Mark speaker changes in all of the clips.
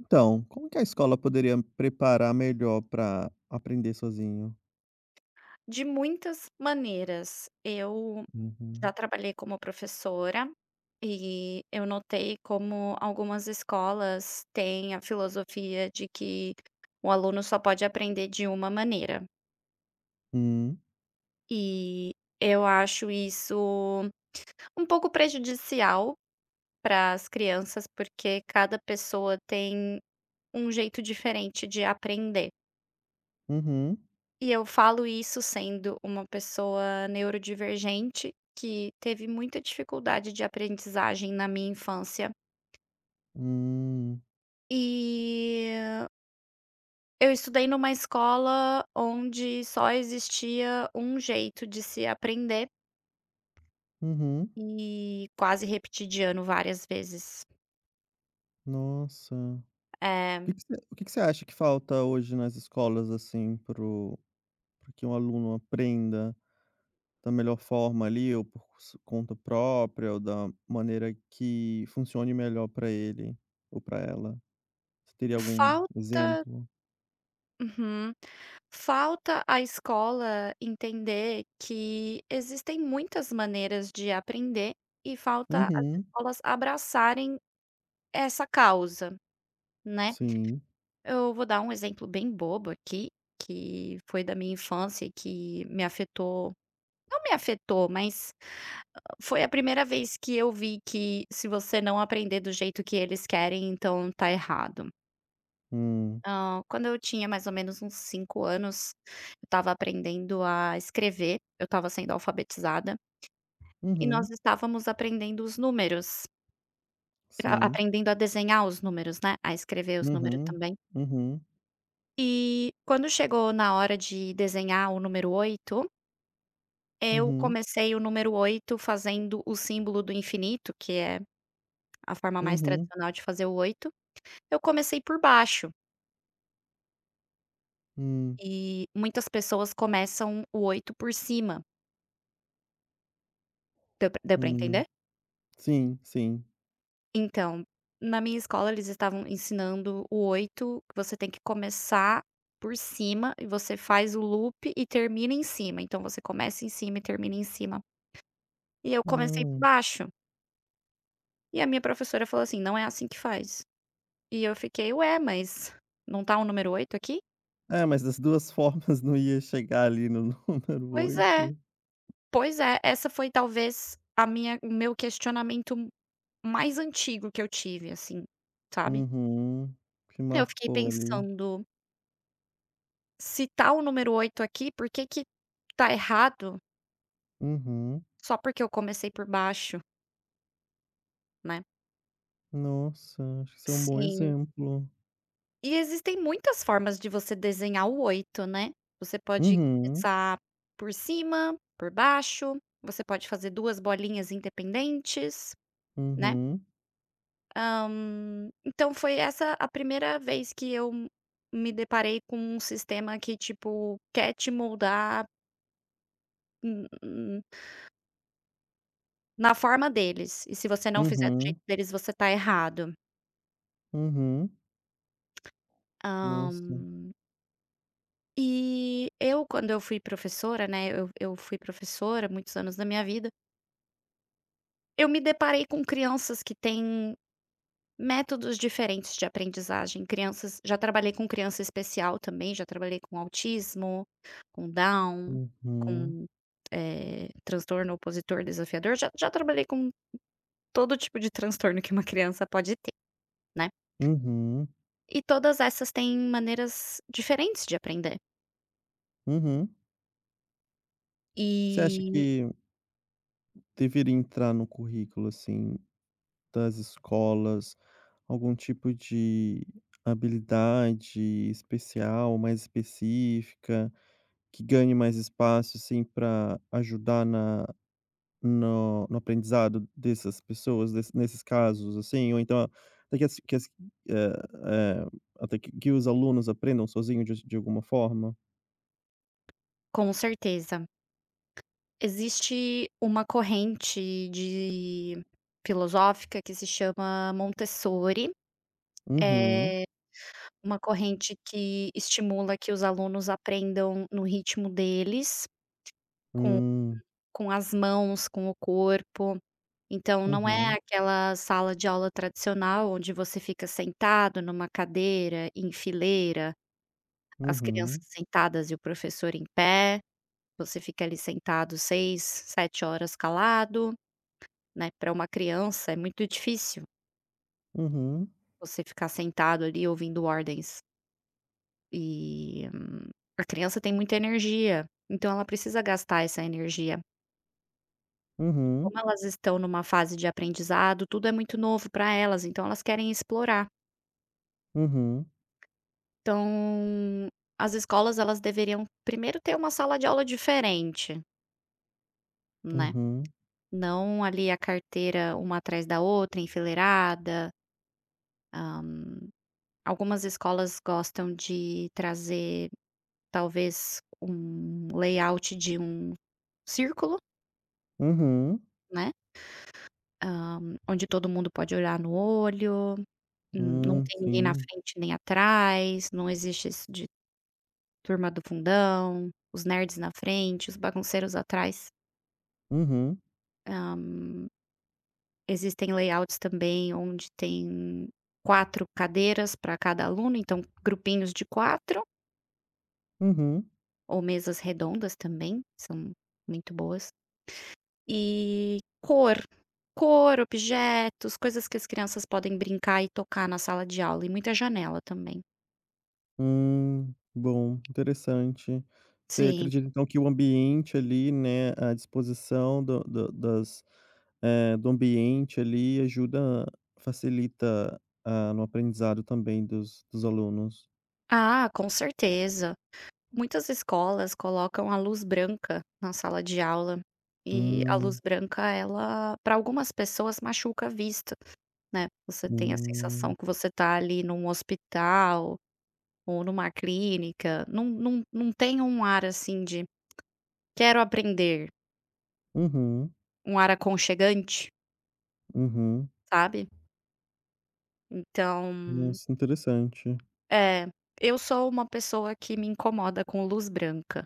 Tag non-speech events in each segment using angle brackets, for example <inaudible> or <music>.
Speaker 1: Então, como que a escola poderia preparar melhor para aprender sozinho?
Speaker 2: De muitas maneiras. Eu já
Speaker 1: Uhum.
Speaker 2: trabalhei como professora e eu notei como algumas escolas têm a filosofia de que o aluno só pode aprender de uma maneira.
Speaker 1: Hum.
Speaker 2: E eu acho isso um pouco prejudicial para as crianças, porque cada pessoa tem um jeito diferente de aprender.
Speaker 1: Uhum.
Speaker 2: E eu falo isso sendo uma pessoa neurodivergente, que teve muita dificuldade de aprendizagem na minha infância.
Speaker 1: Hum.
Speaker 2: E eu estudei numa escola onde só existia um jeito de se aprender
Speaker 1: Uhum.
Speaker 2: e quase repeti de ano várias vezes.
Speaker 1: Nossa. O
Speaker 2: Eh,
Speaker 1: que que você o que que você acha que falta hoje nas escolas, assim, para o que um aluno aprenda da melhor forma ali, ou por s conta própria, ou da maneira que funcione melhor para ele ou para ela? Você teria algum
Speaker 2: falta
Speaker 1: exemplo?
Speaker 2: Uhum. Falta a escola entender que existem muitas maneiras de aprender e falta as
Speaker 1: Uhum.
Speaker 2: escolas abraçarem essa causa, né.
Speaker 1: Sim.
Speaker 2: Eu vou dar um exemplo bem bobo aqui, que foi da minha infância e que me afetou, não me afetou, mas ah, foi a primeira vez que eu vi que se você não aprender do jeito que eles querem, então tá errado.
Speaker 1: Hum.
Speaker 2: Não, quando eu tinha mais ou menos uns 5 anos, eu estava aprendendo a escrever, eu estava sendo alfabetizada, e nós
Speaker 1: Uhum.
Speaker 2: estávamos aprendendo os números, a
Speaker 1: Sim.
Speaker 2: aprendendo a desenhar os números, né, a escrever os números
Speaker 1: Uhum,
Speaker 2: também.
Speaker 1: uhum,
Speaker 2: E quando chegou na hora de desenhar o número 8, eu
Speaker 1: uhum,
Speaker 2: comecei o número 8 fazendo o símbolo do infinito, que é a forma mais
Speaker 1: uhum,
Speaker 2: tradicional de fazer o 8. Eu comecei por baixo,
Speaker 1: hum,
Speaker 2: e muitas pessoas começam o 8 por cima. Deu pra entender?
Speaker 1: hum. Sim, sim.
Speaker 2: Então, na minha escola eles estavam ensinando o oito, que você tem que começar por cima e você faz o loop e termina em cima. Então você começa em cima e termina em cima. E eu comecei por
Speaker 1: Hum.
Speaker 2: baixo. E a minha professora falou assim: "Não é assim que faz". E eu fiquei: "Ué, mas não tá o número oito aqui?".
Speaker 1: É, mas das 2 <laughs> formas não ia chegar ali no <laughs> número
Speaker 2: "Pois é,
Speaker 1: oito.
Speaker 2: pois é". Essa foi talvez a minha o meu questionamento mais antigo que eu tive, assim, sabe.
Speaker 1: Uhum. Que
Speaker 2: Eu fiquei
Speaker 1: marcou ali.
Speaker 2: pensando: se tá o número 8 aqui, por que que tá errado
Speaker 1: Uhum.
Speaker 2: só porque eu comecei por baixo, né.
Speaker 1: Nossa, acho que isso é um bom
Speaker 2: Sim.
Speaker 1: exemplo.
Speaker 2: E existem muitas formas de você desenhar o 8, né. Você pode
Speaker 1: Uhum,
Speaker 2: começar por cima, por baixo, você pode fazer 2 bolinhas independentes, né.
Speaker 1: uhum,
Speaker 2: Então foi essa a primeira vez que eu me deparei com um sistema que, tipo, quer te moldar n n na forma deles, e se você não fizer do
Speaker 1: uhum,
Speaker 2: jeito deles, você tá errado.
Speaker 1: uhum.
Speaker 2: Hã,
Speaker 1: Nossa.
Speaker 2: e eu, quando eu fui professora, né, eu fui professora muitos anos da minha vida, eu me deparei com crianças que têm métodos diferentes de aprendizagem, crianças, já trabalhei com criança especial também, já trabalhei com autismo, com Down,
Speaker 1: Uhum,
Speaker 2: com, transtorno opositor desafiador, já trabalhei com todo tipo de transtorno que uma criança pode ter, né.
Speaker 1: uhum,
Speaker 2: E todas essas têm maneiras diferentes de aprender.
Speaker 1: uhum. Você acha
Speaker 2: E
Speaker 1: que deveria entrar no currículo, assim, das escolas algum tipo de habilidade especial, mais específica, que ganhe mais espaço, assim, para ajudar na no no aprendizado dessas pessoas, desse nesses casos, assim? Ou então até que as eh eh, até que os alunos aprendam sozinho de alguma forma?
Speaker 2: com certeza. Existe uma corrente de filosófica que se chama Montessori,
Speaker 1: Uhum.
Speaker 2: é uma corrente que estimula que os alunos aprendam no ritmo deles, com
Speaker 1: Hum.
Speaker 2: com as mãos, com o corpo. Então não é
Speaker 1: Uhum.
Speaker 2: aquela sala de aula tradicional onde você fica sentado numa cadeira, em fileira, as crianças
Speaker 1: Uhum.
Speaker 2: sentadas e o professor em pé, você fica ali sentado 6, 7 horas calado. Né, para uma criança é muito difícil
Speaker 1: Uhum.
Speaker 2: você ficar sentado ali ouvindo ordens, e a criança tem muita energia, então ela precisa gastar essa energia. E
Speaker 1: Uhum.
Speaker 2: como elas estão numa fase de aprendizado, tudo é muito novo para elas, então elas querem explorar.
Speaker 1: Uhum.
Speaker 2: Então, as escolas, elas deveriam primeiro ter uma sala de aula diferente, né,
Speaker 1: Uhum.
Speaker 2: não ali a carteira uma atrás da outra, enfileirada. Algumas escolas gostam de trazer talvez um layout de um círculo,
Speaker 1: Uhum.
Speaker 2: né, hã, onde todo mundo pode olhar no olho, n não tem ninguém na
Speaker 1: Sim.
Speaker 2: frente nem atrás, não existe isso de turma do fundão, os nerds na frente, os bagunceiros atrás.
Speaker 1: Uhum.
Speaker 2: Hã, Existem layouts também onde tem 4 cadeiras para cada aluno, então grupinhos de 4
Speaker 1: Uhum.
Speaker 2: ou mesas redondas também, são muito boas. E cor. Cor, objetos, coisas que as crianças podem brincar e tocar na sala de aula, e muita janela também.
Speaker 1: Bom, interessante. Você
Speaker 2: Sim.
Speaker 1: acredita então que o ambiente ali, né, a disposição do ambiente ali ajuda facilita, no aprendizado também dos alunos.
Speaker 2: Ah, com certeza. Muitas escolas colocam a luz branca na sala de aula, e a luz
Speaker 1: Hum,
Speaker 2: branca, ela, para algumas pessoas, machuca a vista, né. Você tem a sensação
Speaker 1: hum.
Speaker 2: que você tá ali num hospital ou numa clínica, não, não não tem um ar, assim, de: "Quero aprender",
Speaker 1: Uhum,
Speaker 2: um ar aconchegante,
Speaker 1: uhum.
Speaker 2: sabe? Então,
Speaker 1: Nossa, interessante.
Speaker 2: é, eu sou uma pessoa que me incomoda com luz branca.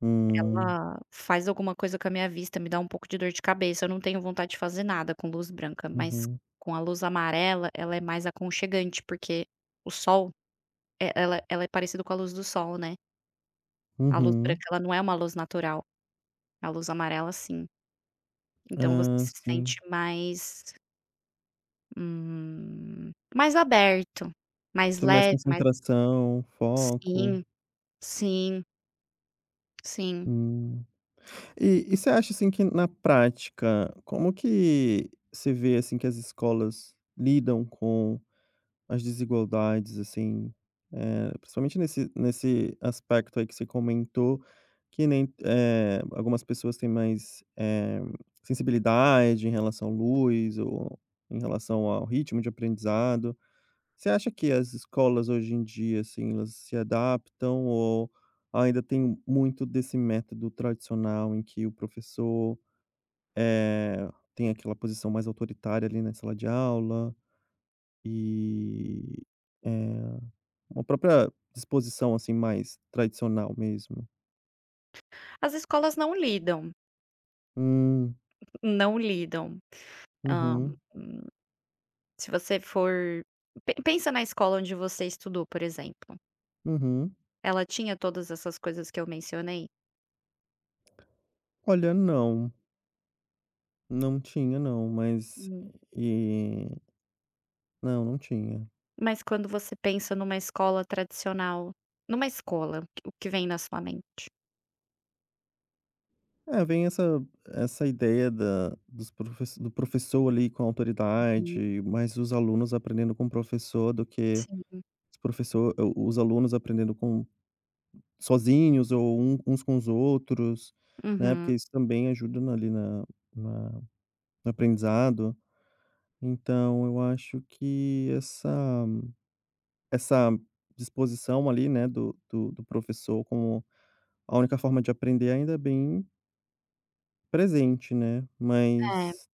Speaker 1: Hum,
Speaker 2: Ela faz alguma coisa com a minha vista, me dá um pouco de dor de cabeça. Eu não tenho vontade de fazer nada com luz branca, mas
Speaker 1: uhum,
Speaker 2: com a luz amarela, ela é mais aconchegante, porque o sol, ela é parecido com a luz do sol, né. A luz branca,
Speaker 1: uhum.
Speaker 2: ela não é uma luz natural, a luz amarela sim. Então você
Speaker 1: Ah,
Speaker 2: se sente
Speaker 1: sim.
Speaker 2: mais, mais aberto, mais
Speaker 1: Tem mais
Speaker 2: leve, mais,
Speaker 1: concentração, foco.
Speaker 2: sim, sim, sim.
Speaker 1: Hum. E você acha, assim, que na prática, como que você vê, assim, que as escolas lidam com as desigualdades, assim, principalmente nesse aspecto aí que você comentou, que nem, algumas pessoas têm mais, sensibilidade em relação à luz ou em relação ao ritmo de aprendizado. Você acha que as escolas hoje em dia, assim, elas se adaptam ou ainda tem muito desse método tradicional em que o professor, eh, tem aquela posição mais autoritária ali na sala de aula e, eh, uma própria disposição, assim, mais tradicional mesmo?
Speaker 2: As escolas não lidam,
Speaker 1: Hum,
Speaker 2: não lidam. Hã,
Speaker 1: uhum,
Speaker 2: Se você for pe pensa na escola onde você estudou, por exemplo.
Speaker 1: uhum.
Speaker 2: Ela tinha todas essas coisas que eu mencionei?
Speaker 1: Olha, não, não tinha não, mas,
Speaker 2: Hum.
Speaker 1: e não, não tinha.
Speaker 2: Mas quando você pensa numa escola tradicional, numa escola, o que vem na sua mente?
Speaker 1: É, vem essa ideia da dos profes do professor ali com
Speaker 2: Uhum,
Speaker 1: autoridade, mais os alunos aprendendo com o professor do que
Speaker 2: sim.
Speaker 1: os professor o os alunos aprendendo com sozinhos ou uns com os outros, né,
Speaker 2: Uhum,
Speaker 1: porque isso também ajuda na ali na na no aprendizado. Então eu acho que essa disposição ali, né, do professor como a única forma de aprender ainda é bem presente, né,
Speaker 2: é.
Speaker 1: mas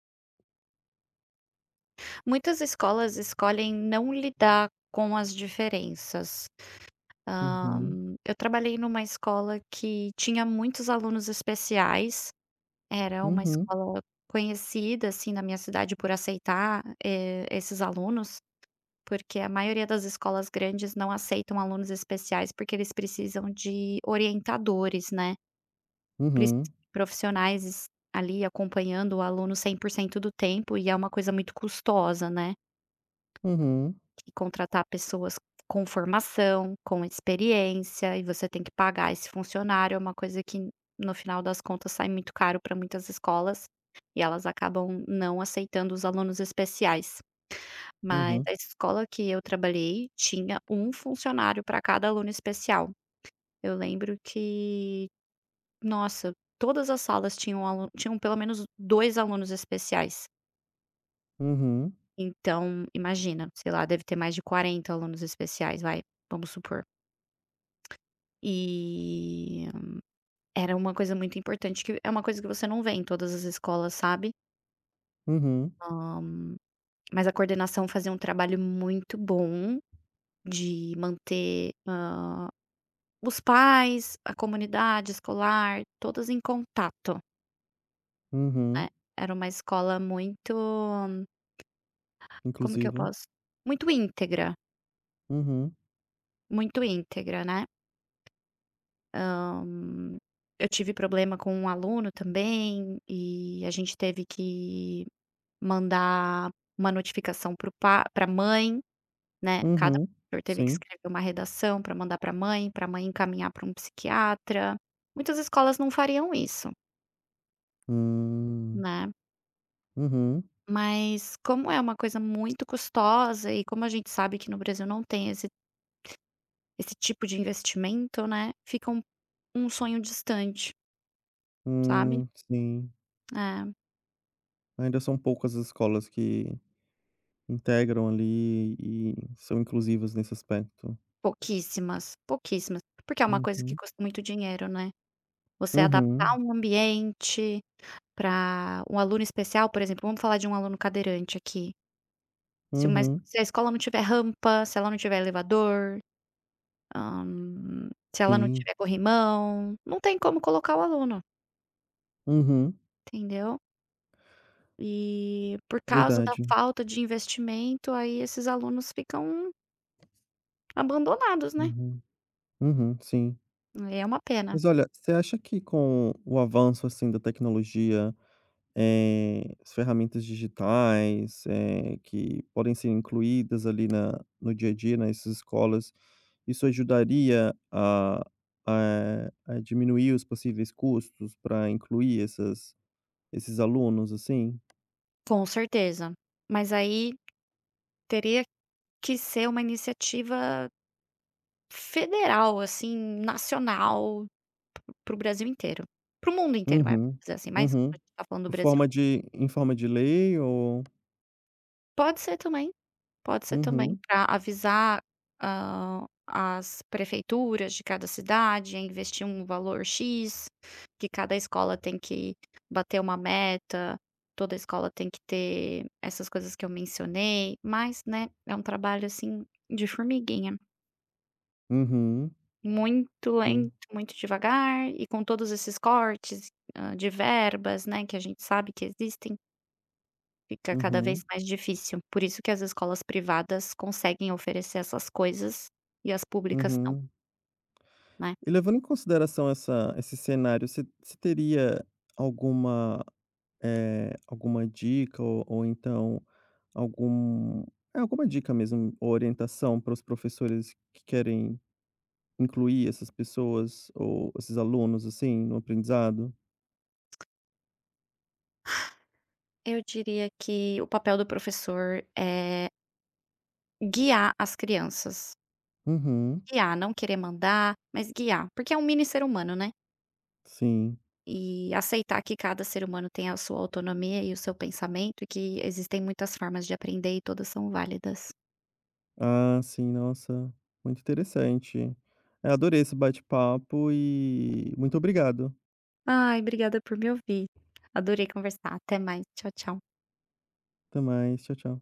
Speaker 2: Muitas escolas escolhem não lidar com as diferenças. Hã,
Speaker 1: uhum.
Speaker 2: eu trabalhei numa escola que tinha muitos alunos especiais. Era uma
Speaker 1: Uhum,
Speaker 2: escola conhecida, assim, na minha cidade por aceitar, esses alunos, porque a maioria das escolas grandes não aceitam alunos especiais, porque eles precisam de orientadores, né, precisam
Speaker 1: uhum,
Speaker 2: de profissionais es ali acompanhando o aluno 100% do tempo, e é uma coisa muito custosa, né,
Speaker 1: uhum,
Speaker 2: que contratar pessoas com formação, com experiência, e você tem que pagar esse funcionário, é uma coisa que no final das contas sai muito caro para muitas escolas, e elas acabam não aceitando os alunos especiais. Mas
Speaker 1: uhum,
Speaker 2: a escola que eu trabalhei tinha um funcionário para cada aluno especial. Eu lembro que, nossa, todas as salas tinham alu tinham pelo menos 2 alunos especiais.
Speaker 1: uhum,
Speaker 2: Então imagina, sei lá, deve ter mais de 40 alunos especiais, vai, vamos supor. E era uma coisa muito importante, que é uma coisa que você não vê em todas as escolas, sabe.
Speaker 1: uhum,
Speaker 2: Hã, mas a coordenação fazia um trabalho muito bom de manter, os pais, a comunidade escolar, todas em contato, né.
Speaker 1: uhum,
Speaker 2: Era uma escola muito, como que eu
Speaker 1: inclusive.
Speaker 2: posso, muito íntegra,
Speaker 1: Uhum,
Speaker 2: muito íntegra, né. Hã, eu tive problema com um aluno também, e a gente teve que mandar uma notificação para a mãe, né, cada
Speaker 1: uhum,
Speaker 2: professor teve que
Speaker 1: sim.
Speaker 2: escrever uma redação para mandar para a mãe encaminhar para um psiquiatra. Muitas escolas não fariam isso,
Speaker 1: Hum,
Speaker 2: né,
Speaker 1: uhum,
Speaker 2: mas como é uma coisa muito custosa e como a gente sabe que no Brasil não tem esse tipo de investimento, né, fica um sonho distante, sabe.
Speaker 1: sim.
Speaker 2: É,
Speaker 1: Ainda são poucas as escolas que integram ali e são inclusivas nesse aspecto.
Speaker 2: pouquíssimas, pouquíssimas, porque é uma coisa que
Speaker 1: Uhum,
Speaker 2: custa muito dinheiro, né. Você adaptar
Speaker 1: uhum,
Speaker 2: um ambiente para um aluno especial, por exemplo, vamos falar de um aluno cadeirante aqui, se uma es-
Speaker 1: uhum,
Speaker 2: se a escola não tiver rampa, se ela não tiver elevador, hã, se ela não
Speaker 1: sim.
Speaker 2: tiver corrimão, não tem como colocar o aluno,
Speaker 1: Uhum,
Speaker 2: entendeu. E por causa da
Speaker 1: verdade.
Speaker 2: falta de investimento, aí esses alunos ficam abandonados, né.
Speaker 1: Uhum, uhum, sim.
Speaker 2: É uma pena,
Speaker 1: Mas olha, você acha que com o avanço, assim, da tecnologia as ferramentas digitais, que podem ser incluídas ali na no dia a dia, né, nessas escolas, isso ajudaria a diminuir os possíveis custos para incluir essas esses alunos, assim?
Speaker 2: com certeza. Mas aí teria que ser uma iniciativa federal, assim, nacional. Para o Brasil inteiro, para o mundo inteiro, vai,
Speaker 1: Uhum,
Speaker 2: dizer assim, mas a
Speaker 1: uhum.
Speaker 2: gente tá falando do
Speaker 1: Por
Speaker 2: Brasil.
Speaker 1: forma de Em forma de lei ou
Speaker 2: Pode ser também, pode ser também,
Speaker 1: uhum,
Speaker 2: para avisar, as prefeituras de cada cidade a investir um valor X, que cada escola tem que bater uma meta, toda escola tem que ter essas coisas que eu mencionei, mas, né, é um trabalho, assim, de formiguinha,
Speaker 1: uhum,
Speaker 2: muito lento,
Speaker 1: sim,
Speaker 2: muito devagar, e com todos esses cortes, de verbas, né, que a gente sabe que existem. Fica cada vez
Speaker 1: uhum,
Speaker 2: mais difícil. Por isso que as escolas privadas conseguem oferecer essas coisas e as públicas não,
Speaker 1: uhum.
Speaker 2: né.
Speaker 1: E levando em consideração essa esse cenário, você teria alguma alguma dica ou então algum alguma dica mesmo ou orientação para os professores que querem incluir essas pessoas ou esses alunos, assim, no aprendizado?
Speaker 2: Eu diria que o papel do professor é guiar as crianças.
Speaker 1: Uhum,
Speaker 2: Guiar, não querer mandar, mas guiar, porque é um mini ser humano, né.
Speaker 1: sim.
Speaker 2: E aceitar que cada ser humano tem a sua autonomia e o seu pensamento, e que existem muitas formas de aprender e todas são válidas.
Speaker 1: Ah, sim, nossa, muito interessante. É, adorei esse bate-papo e muito obrigado.
Speaker 2: Ai, obrigada por me ouvir. Adorei conversar. Até mais. Tchau, tchau.
Speaker 1: Até mais, tchau, tchau.